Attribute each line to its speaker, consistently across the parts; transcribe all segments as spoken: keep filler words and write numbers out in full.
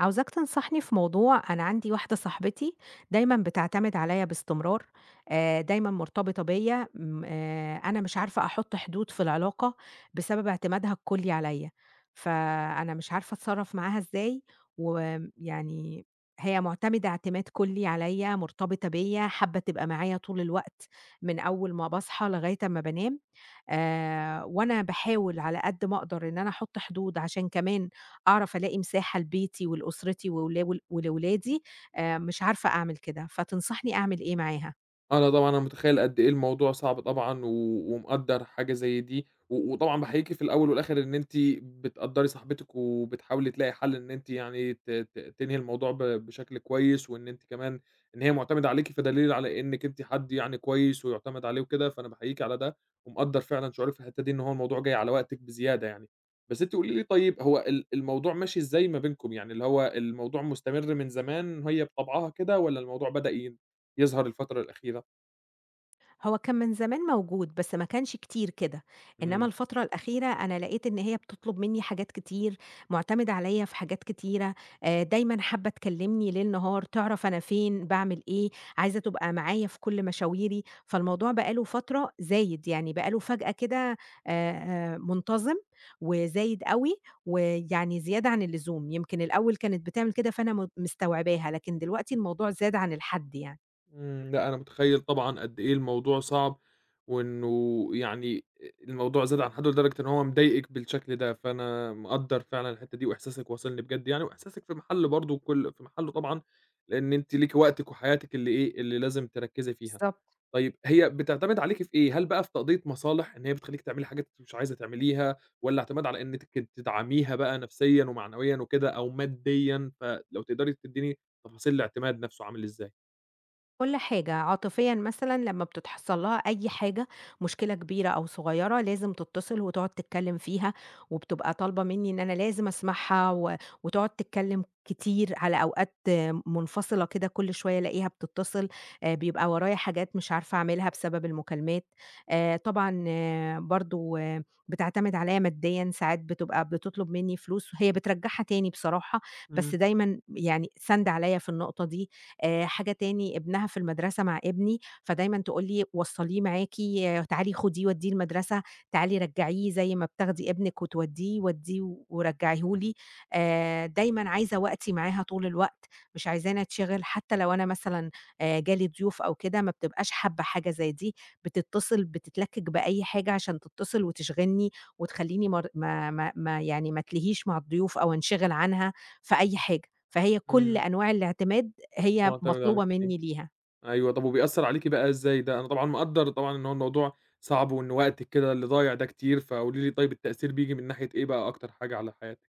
Speaker 1: عاوزاك تنصحني في موضوع. أنا عندي واحدة صاحبتي دايمًا بتعتمد عليّا باستمرار، آآ دايمًا مرتبطة بيّا، م آآ أنا مش عارفة أحط حدود في العلاقة بسبب اعتمادها الكلي عليّا، فأنا مش عارفة أتصرّف معاها إزاي، ويعني هي مُعتمدة اعتماد كلي عليّا، مرتبطة بيّا، حابة تبقى معايا طول الوقت من أول ما باصحى لغاية أمّا بانام. آآ وأنا باحاول على قد ما أقدر إن أنا أحُط حدود عشان كمان أعرف ألاقي مساحة لبيتي ولأسرتي وولا ول ولولادي، آآ مش عارفة أعمل كده، فتنصحني أعمل إيه معاها؟
Speaker 2: أنا طبعًا أنا متخيّل قد إيه الموضوع صعب طبعًا و ومقدّر حاجة زي دي، و وطبعًا باحييكِ في الأول والآخر إن أنتِ بتقدّري صاحبتِك وبتحاولي تلاقي حل إن أنتِ يعني ت ت تنهي الموضوع ب بشكل كويس، وإن أنتِ كمان إن هي معتمدة عليكِ فدليل على إنِّك أنتِ حد يعني كويس ويُعتمد عليه وكده، فأنا باحييكِ على ده، ومقدّر فعلًا شعورِك في الحتّة دي إن هو الموضوع جاي على وقتِك بزيادة يعني. بس أنتِ قولي لي طيب هو ال الموضوع ماشي إزاي ما بينكم؟ يعني اللي هو الموضوع مستمر من زمان هي بطبعها كده والّا الموضوع بدأ ي يظهر الفترة الأخيرة؟
Speaker 1: هو كان من زمان موجود، بس ما كانش كتير كده، إنما
Speaker 2: إمم،
Speaker 1: الفترة الأخيرة أنا لقيت إن هي بتطلب منّي حاجات كتير، معتمدة عليّا في حاجات كتيرة، آآ دايمًا حابة تكلمني ليل نهار، تعرف أنا فين، باعمل إيه، عايزة تبقى معايا في كل مشاويري، فالموضوع بقى له فترة زايد، يعني بقى له فجأة كده آآ منتظم وزايد أوي، ويعني زيادة عن اللزوم، يمكن الأول كانت بتعمل كده فأنا م مستوعباها، لكن دلوقتي الموضوع زاد عن الحد يعني.
Speaker 2: إمم، لأ أنا متخيّل طبعًا قد إيه الموضوع صعب، وإنه يعني آآ الموضوع زاد عن حدّه لدرجة إن هو مضايقِك بالشكل ده، فأنا مقدّر فعلًا الحتّة دي وإحساسِك واصلني بجد يعني، وإحساسِك في محله برضه كل في محله طبعًا، لإن أنتِ ليكِ وقتِك وحياتِك اللي إيه، اللي لازم تركّزي فيها.
Speaker 1: بالضبط.
Speaker 2: طيب هي بتعتمد عليكِ في إيه؟ هل بقى في تقضية مصالح إن هي بتخلّيكِ تعملي حاجات أنتِ مش عايزة تعمليها، والّا اعتماد على إنِّك تدعميها بقى نفسيًا ومعنويًا وكده أو ماديًا، فلو تقدري تدّيني تفاصيل الاعتماد نفسه عامل إزاي؟
Speaker 1: كل حاجة، عاطفيًا مثلًا لمّا بتتحصل لها أي حاجة، مشكلة كبيرة أو صغيرة، لازم تتصل وتقعد تتكلم فيها، وبتبقى طالبة مني إن أنا لازم أسمعها و وتقعد تتكلم كتير على أوقات آه، منفصلة كده كل شوية ألاقيها بتتصل، آآ بيبقى ورايا حاجات مش عارفة أعملها بسبب المكالمات، آآ طبعًا برضه بتعتمد عليَّ ماديًا، ساعات بتبقى بتطلب مني فلوس، هي بترجّعها تاني بصراحة، بس
Speaker 2: إمم.
Speaker 1: دايمًا يعني ساندة عليَّ في النقطة دي، آآ حاجة تاني ابنها في المدرسة مع ابني، فدايمًا تقول لي: "وصّليه معاكِ، تعالي خديه ودّيه المدرسة، تعالي رجّعيه زي ما بتاخدي ابنِك وتودّيه، ودّيه ورجّعيه لي." آآ دايمًا عايزة وقتي معاها طول الوقت، مش عايزاني أتشغِل حتى لو أنا مثلًا آآ جالي ضيوف أو كده ما بتبقاش حابة حاجة زي دي، بتتصل بتتلكِّك بأي حاجة عشان تتصل وتشغِلني وتخلّيني مر ما ما ما يعني ما أتلهيش مع الضيوف أو أنشغِل عنها في أي حاجة، فهي كل
Speaker 2: إمم،
Speaker 1: أنواع الاعتماد هي
Speaker 2: مُعتمد عليك
Speaker 1: مطلوبة
Speaker 2: فيه،
Speaker 1: منّي ليها،
Speaker 2: أيوه، طَب وبيأثّر عليكِ بقى إزاي ده؟ أنا طبعًا مقدّر طبعًا إن هو الموضوع صعب وإن وقتِك كده اللي ضايع ده كتير، فقولي لي طيب التأثير بييجي من ناحية إيه بقى أكتر حاجة على حياتِك؟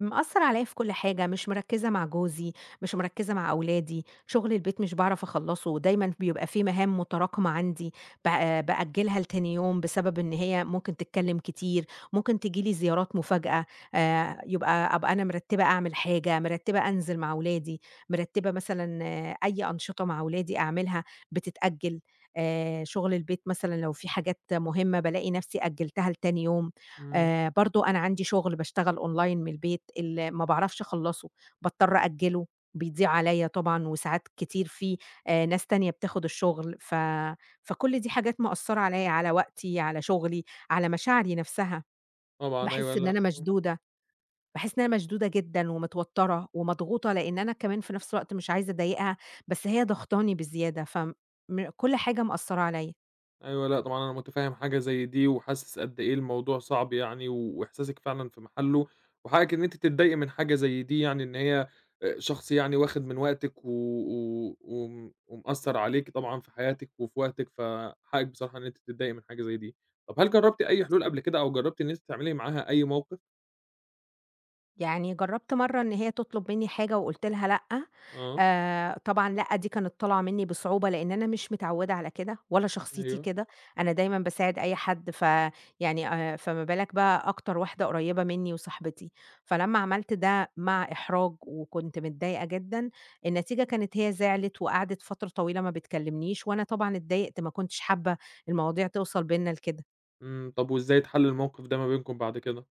Speaker 1: مأثّر عليَّ في كل حاجة، مش مركّزة مع جوزي، مش مركّزة مع أولادي، شغل البيت مش باعرف أخلّصه، دايمًا بيبقى في مهام متراكمة عندي ب بأجّلها لتاني يوم بسبب إن هي ممكن تتكلّم كتير، ممكن تيجي لي زيارات مفاجأة، آآ يبقى أبقى أنا مرتّبة أعمل حاجة، مرتّبة أنزل مع أولادي، مرتّبة مثلًا آه، أي أنشطة مع أولادي أعملها بتتأجّل، آآ شغل البيت مثلًا لو في حاجات مهمة بالاقي نَفْسي أجّلتها لتاني يوم.
Speaker 2: إمم.
Speaker 1: آآ برضه أنا عندي شغل باشتغل online من البيت، ال ما باعرفش أخلّصه، باضطر أأجّله، بيضيع عليّا طبعًا وساعات كتير في آآ ناس تانية بتاخد الشغل، ف فكل دي حاجات مأثّرة عليّا، على وقتي، على شغلي، على مشاعري نَفْسها.
Speaker 2: طبعًا أيوه،
Speaker 1: باحس إن
Speaker 2: لأ.
Speaker 1: أنا مشدودة، باحس إن أنا مشدودة جدًا ومتوتّرة ومضغوطة، لإن أنا كمان في نَفْس الوقت مش عايزة أضايقها، بس هي ضاغطاني بزيادة، فم كل حاجة مأثّرة عليّا.
Speaker 2: أيوه، لأ طبعًا أنا متفهّم حاجة زي دي، وحاسس قد إيه الموضوع صعب يعني، و- وإحساسِك فعلًا في محله، وحقِّك إن أنتِ تتضايقي من حاجة زي دي يعني، إن هي آآ شخص يعني واخد من وقتِك و و وم ومأثّر عليكِ طبعًا في حياتِك وفي وقتِك، فحقِّك بصراحة إن أنتِ تتضايقي من حاجة زي دي. طَب هل جرّبتِ أي حلول قبل كده أو جرّبتِ إن أنتِ تعملي معاها أي موقف؟
Speaker 1: يعني جرّبت مرّة إن هي تطلب منّي حاجة وقُلت لها لأ،
Speaker 2: آه،
Speaker 1: آآ طبعًا لأ دي كانت طالعة منّي بصعوبة، لإن أنا مش متعوّدة على كده ولا شخصيتي
Speaker 2: أيوه،
Speaker 1: كده، أنا دايمًا باساعد أي حد ف يعني آآ فما بالك بقى أكتر واحدة قريّبة منّي وصاحبتي، فلمّا عملت ده مع إحراج وكنت متضايقة جدًا، النتيجة كانت هي زعلِت وقعدت فترة طويلة ما بتكلّمنيش، وأنا طبعًا اتضايقت ما كنتش حابة المواضيع توصل بيننا لكده.
Speaker 2: إمم، طَب وإزاي اتحَل الموقف ده ما بينكم بعد كده؟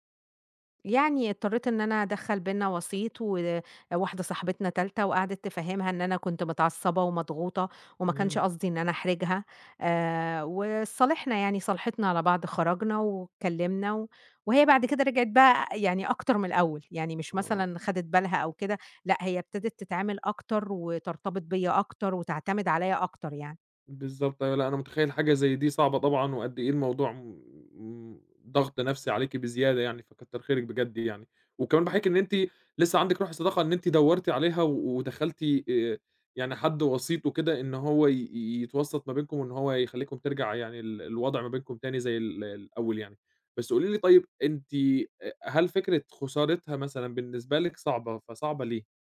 Speaker 1: يعني اضطريت إن أنا أدخّل بيننا وسيط، وواحدة صاحبتنا تالتة وقعدت تفهّمها إن أنا كنت متعصبة ومضغوطة، وما كانش
Speaker 2: إمم،
Speaker 1: قصدي إن أنا أحرجها، آآ، وصالحنا يعني صالحتنا على بعض، خرجنا واتكلمنا، و وهي بعد كده رجعت بقى يعني أكتر من الأول، يعني مش
Speaker 2: آه.
Speaker 1: مثلًا خدت بالها أو كده، لأ هي ابتدت تتعامل أكتر وترتبط بيّا أكتر وتعتمد عليّا أكتر يعني.
Speaker 2: بالضبط أيوه، لأ أنا متخيّل حاجة زي دي صعبة طبعًا، وقد إيه الموضوع م م ضغط نفسي عليكِ بزيادة يعني، فكتّر خيرِك بجد يعني، وكمان باحييكِ إن أنتِ لسه عندِك روح الصداقة إن أنتِ دوّرتِ عليها و ودخّلتِ آآ، يعني حد وسيط وكده إن هو ي ي- يتوسّط ما بينكم، وإن هو يخلّيكم ترجع يعني ال الوضع ما بينكم تاني زي ال الأول يعني. بس قولي لي طيب أنتِ أ هل فكرة خسارتها مثلًا بالنسبة لِك صعبة، فصعبة ليه؟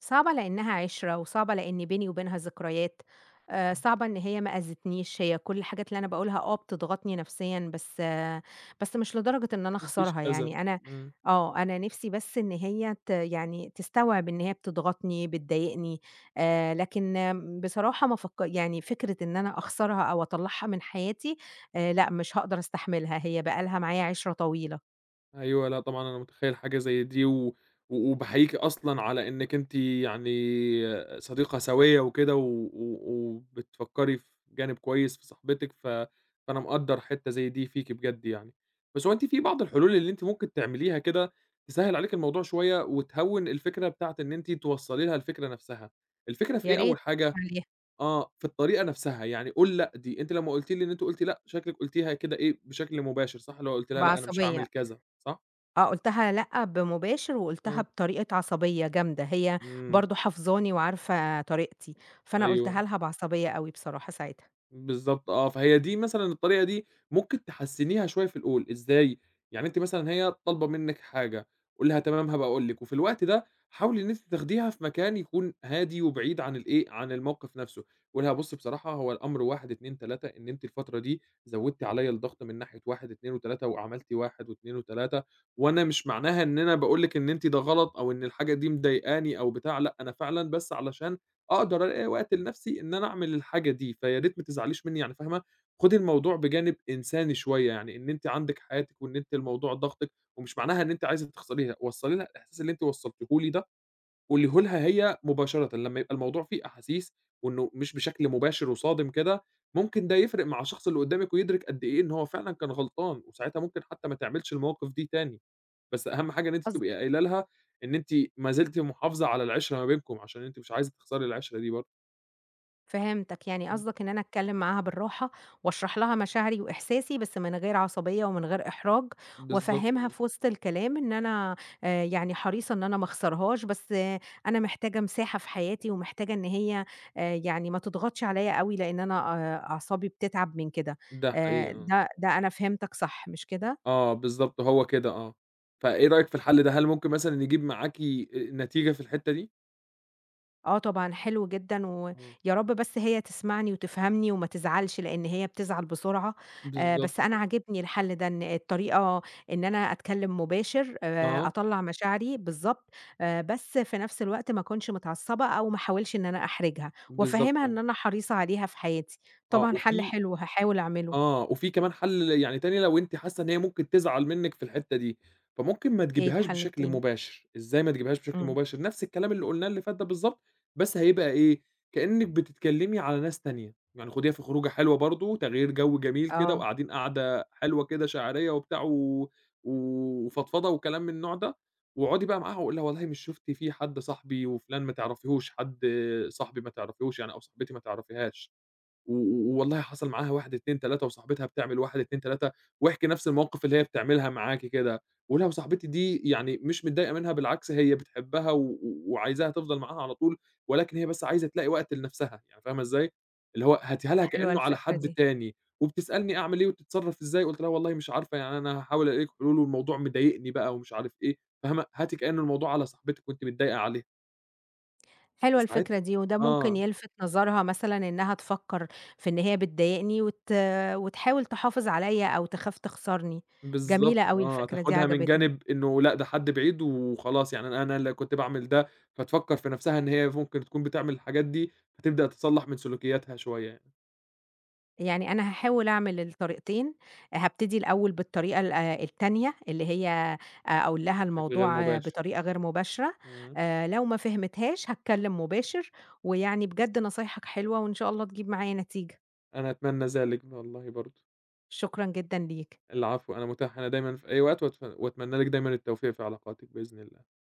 Speaker 1: صعبة لإنها عِشرة، وصعبة لإن بيني وبينها ذكريات، آآ صعبة إن هي ما أذتنيش، هي كل الحاجات اللي أنا باقولها آه بتضغطني نفسيًا، بس آه، بس مش لدرجة إن أنا
Speaker 2: ما فيش
Speaker 1: أخسرها
Speaker 2: أذى،
Speaker 1: يعني، أنا
Speaker 2: إمم.
Speaker 1: آه، أنا نِفسي بس إن هي ت يعني تستوعب إن هي بتضغطني، بتضايقني، آآ لكن آم، بصراحة ما فك يعني فكرة إن أنا أخسرها أو أطلّعها من حياتي، آآ لأ مش هاقدر أستحملها، هي بقى لها معايا عِشرة طويلة،
Speaker 2: أيوه، لأ طبعًا أنا متخيّل حاجة زي دي، و وباحييكِ أصلًا على إنِّك أنتِ يعني صديقة سويّة وكده، و و وبتفكّري في جانب كويس في صاحبتِك، ف فأنا مقدّر حتّة زي دي فيكِ بجد يعني. بس هو أنتِ في بعض الحلول اللي أنتِ ممكن تعمليها كده تسهّل عليكِ الموضوع شوية، وتهوّن الفكرة بتاعة إن أنتِ توصّلي لها الفكرة نفسها. الفكرة في
Speaker 1: يا
Speaker 2: إيه أول
Speaker 1: ريت
Speaker 2: حاجة؟
Speaker 1: عليها
Speaker 2: آه، في الطريقة نفسها، يعني قُل لأ دي، أنتِ لمّا قُلتِ لي إن أنتِ قُلتِ لأ، شكلِك قُلتيها كده إيه، بشكل مباشر صح؟ اللي هو قُلتِ لها لأ أنا مش
Speaker 1: بعصبية.
Speaker 2: هاعمل كذا، صح؟
Speaker 1: آه، قُلتها لأ بمباشر وقُلتها
Speaker 2: آه،
Speaker 1: بطريقة عصبية جامدة، هي
Speaker 2: إمم،
Speaker 1: برضه حافظاني وعارفة طريقتي، فأنا
Speaker 2: أيوه،
Speaker 1: قُلتها لها بعصبية أوي بصراحة ساعتها.
Speaker 2: بالضبط آه، فهي دي مثلًا الطريقة دي ممكن تحسّنيها شوية في القول، إزاي؟ يعني أنتِ مثلًا هي طالبة منِّك حاجة، قولي لها تمام هابقى أقول لِك، وفي الوقت ده حاولي إن أنتِ تاخديها في مكان يكون هادي وبعيد عن الإيه، عن الموقف نفسه، قولي لها بُصّي بصراحة هو الأمر واحد، اتنين، تلاتة إن أنتِ الفترة دي زوّدتِ عليَّ الضغط من ناحية واحد، اتنين، تلاتة وعملتِ واحد، اتنين، تلاتة وأنا مش معناها إن أنا باقول لِك إن أنتِ ده غلط أو إن الحاجة دي مضايقاني أو بتاع، لأ أنا فعلًا بس علشان أقدر ألاقي وقت لنفسي إن أنا أعمل الحاجة دي، فيا ريت ما تزعليش منّي يعني فاهمة، خُدي الموضوع بجانب إنساني شوية، يعني إن أنتِ عندِك حياتِك وإن أنتِ الموضوع ضاغطِك، ومش معناها إن أنتِ عايزة تخسريها، وصّلي لها الإحساس اللي أنتِ وصّلتيه لي ده، قوليه لها هي مباشرةً، لمّا يبقى الموضوع فيه أحاسيس وإنه مش بشكل مباشر وصادم كده، ممكن ده يفرق مع الشخص اللي قدّامِك ويدرك قد إيه إن هو فعلًا كان غلطان، وساعتها ممكن حتى ما تعملش المواقف دي تاني، بس أهم حاجة إن أنتِ تبقي قايلة لها إن أنتِ ما زلتِ محافظة على العِشرة ما بينكم، عشان أنتِ مش عايزة تخسري العِشرة دي برضه.
Speaker 1: فهمتك، يعني
Speaker 2: إمم،
Speaker 1: قصدك إن أنا أتكلّم معاها بالراحة وأشرح لها مشاعري وإحساسي، بس من غير عصبية ومن غير إحراج،
Speaker 2: بالضبط
Speaker 1: وأفهّمها
Speaker 2: آه،
Speaker 1: في وسط الكلام إن أنا آآ يعني حريصة إن أنا ما أخسرهاش، بس آه، أنا محتاجة مساحة في حياتي ومحتاجة إن هي آآ يعني ما تضغطش عليّا أوي، لإن أنا آآ أعصابي بتتعب من كده.
Speaker 2: ده حقيقي
Speaker 1: آآ
Speaker 2: آه،
Speaker 1: ده ده أنا فهمتك صح، مش كده؟
Speaker 2: آه بالضبط هو كده آه، فإيه رأيك في الحل ده؟ هل ممكن مثلًا يجيب معاكِ آآ نتيجة في الحتّة دي؟
Speaker 1: آه طبعًا حلو جدًا، ويا
Speaker 2: آه،
Speaker 1: رب بس هي تسمعني وتفهمني وما تزعلش، لإن هي بتزعل بسرعة، آآ
Speaker 2: بالضبط
Speaker 1: بس أنا عاجبني الحل ده، إن الطريقة إن أنا أتكلم مباشر،
Speaker 2: آه،
Speaker 1: آآ
Speaker 2: آه،
Speaker 1: أطلّع مشاعري بالضبط، آآ بس في نفس الوقت ما أكونش متعصبة أو ما احاولش إن أنا أحرجها،
Speaker 2: بالضبط
Speaker 1: وأفهمها
Speaker 2: آه،
Speaker 1: إن أنا حريصة عليها في حياتي.
Speaker 2: آه
Speaker 1: طبعًا حل
Speaker 2: وفي
Speaker 1: حلو هاحاول أعمله.
Speaker 2: آه، وفي كمان حل يعني تاني لو أنتِ حاسة إن هي ممكن تزعل منِّك في الحتّة دي، فممكن ما
Speaker 1: إيه
Speaker 2: تجيبيهاش
Speaker 1: الحل
Speaker 2: بشكل
Speaker 1: التاني؟
Speaker 2: مباشر، إزاي ما تجيبيهاش بشكل
Speaker 1: إمم،
Speaker 2: مباشر؟ نفْس الكلام اللي قُلناه اللي فات ده بالضبط، بس هيبقى إيه، كإنِّك بتتكلّمي على ناس تانية، يعني خديها في خروجة حلوة برضه، تغيير جو جميل كده
Speaker 1: آه،
Speaker 2: وقاعدين قعدة حلوة كده شاعرية وبتاع و وفضفضة وكلام من النوع ده، واقعدي بقى معاها وقولي لها والله مش شُفتِ في حد صاحبي وفلان ما تعرفيهوش، حد صاحبي ما تعرفيهوش يعني أو صاحبتي ما تعرفيهاش. و و والله حصل معاها واحد، اتنين، تلاتة وصاحبتها بتعمل واحد، اتنين، تلاتة واحكِ نفس المواقف اللي هي بتعملها معاكِ كده، ولو صاحبتي دي يعني مش متضايقة منها بالعكس هي بتحبها و و- وعايزاها تفضل معاها على طول، ولكن هي بس عايزة تلاقي وقت لنفسها، يعني فاهمة إزاي؟ اللي هو هاتيها لها
Speaker 1: حلوة
Speaker 2: كإنه على
Speaker 1: الفكرة
Speaker 2: حد
Speaker 1: دي.
Speaker 2: تاني، وبتسألني أعمل إيه وتتصرف إزاي، قُلت لها والله مش عارفة يعني أنا هاحاول ألاقي لِك حلول والموضوع مضايقني بقى ومش عارف إيه، فاهمة؟ هاتي كأن الموضوع على صاحبتِك وأنتِ متضايقة عليها،
Speaker 1: حلوة الفكرة
Speaker 2: فساعتها
Speaker 1: دي، وده ممكن
Speaker 2: آه.
Speaker 1: يلفت نظرها مثلًا إنها تفكّر في إن هي بتضايقني وت وتحاول تحافظ عليّا أو تخاف تخسرني،
Speaker 2: بالضبط
Speaker 1: جميلة أوي
Speaker 2: آه،
Speaker 1: الفكرة دي
Speaker 2: تاخدها من
Speaker 1: عجبتني،
Speaker 2: جانب إنه لأ، ده حد بعيد وخلاص يعني أنا أنا اللي كنت باعمل ده، فتفكّر في نَفْسها إن هي ممكن تكون بتعمل الحاجات دي، فتبدأ تصلّح من سلوكياتها شوية يعني
Speaker 1: يعني أنا هاحاول أعمل الطريقتين، هابتدي الأول بالطريقة ال آه التانية اللي هي أ أقول لها
Speaker 2: بشكل غير
Speaker 1: الموضوع آه،
Speaker 2: مباشر،
Speaker 1: بطريقة غير مباشرة،
Speaker 2: إمم،
Speaker 1: آآ لو ما فهمتهاش هاتكلم مباشر، ويعني بجد نصايحك حلوة وإن شاء الله تجيب معايا نتيجة،
Speaker 2: أنا أتمنى ذلك والله برضه،
Speaker 1: شكرًا جدًا ليك.
Speaker 2: العفو أنا متاح هنا دايمًا في أي وقت وأتف وأتمنى لِك دايمًا التوفيق في علاقاتِك بإذن الله.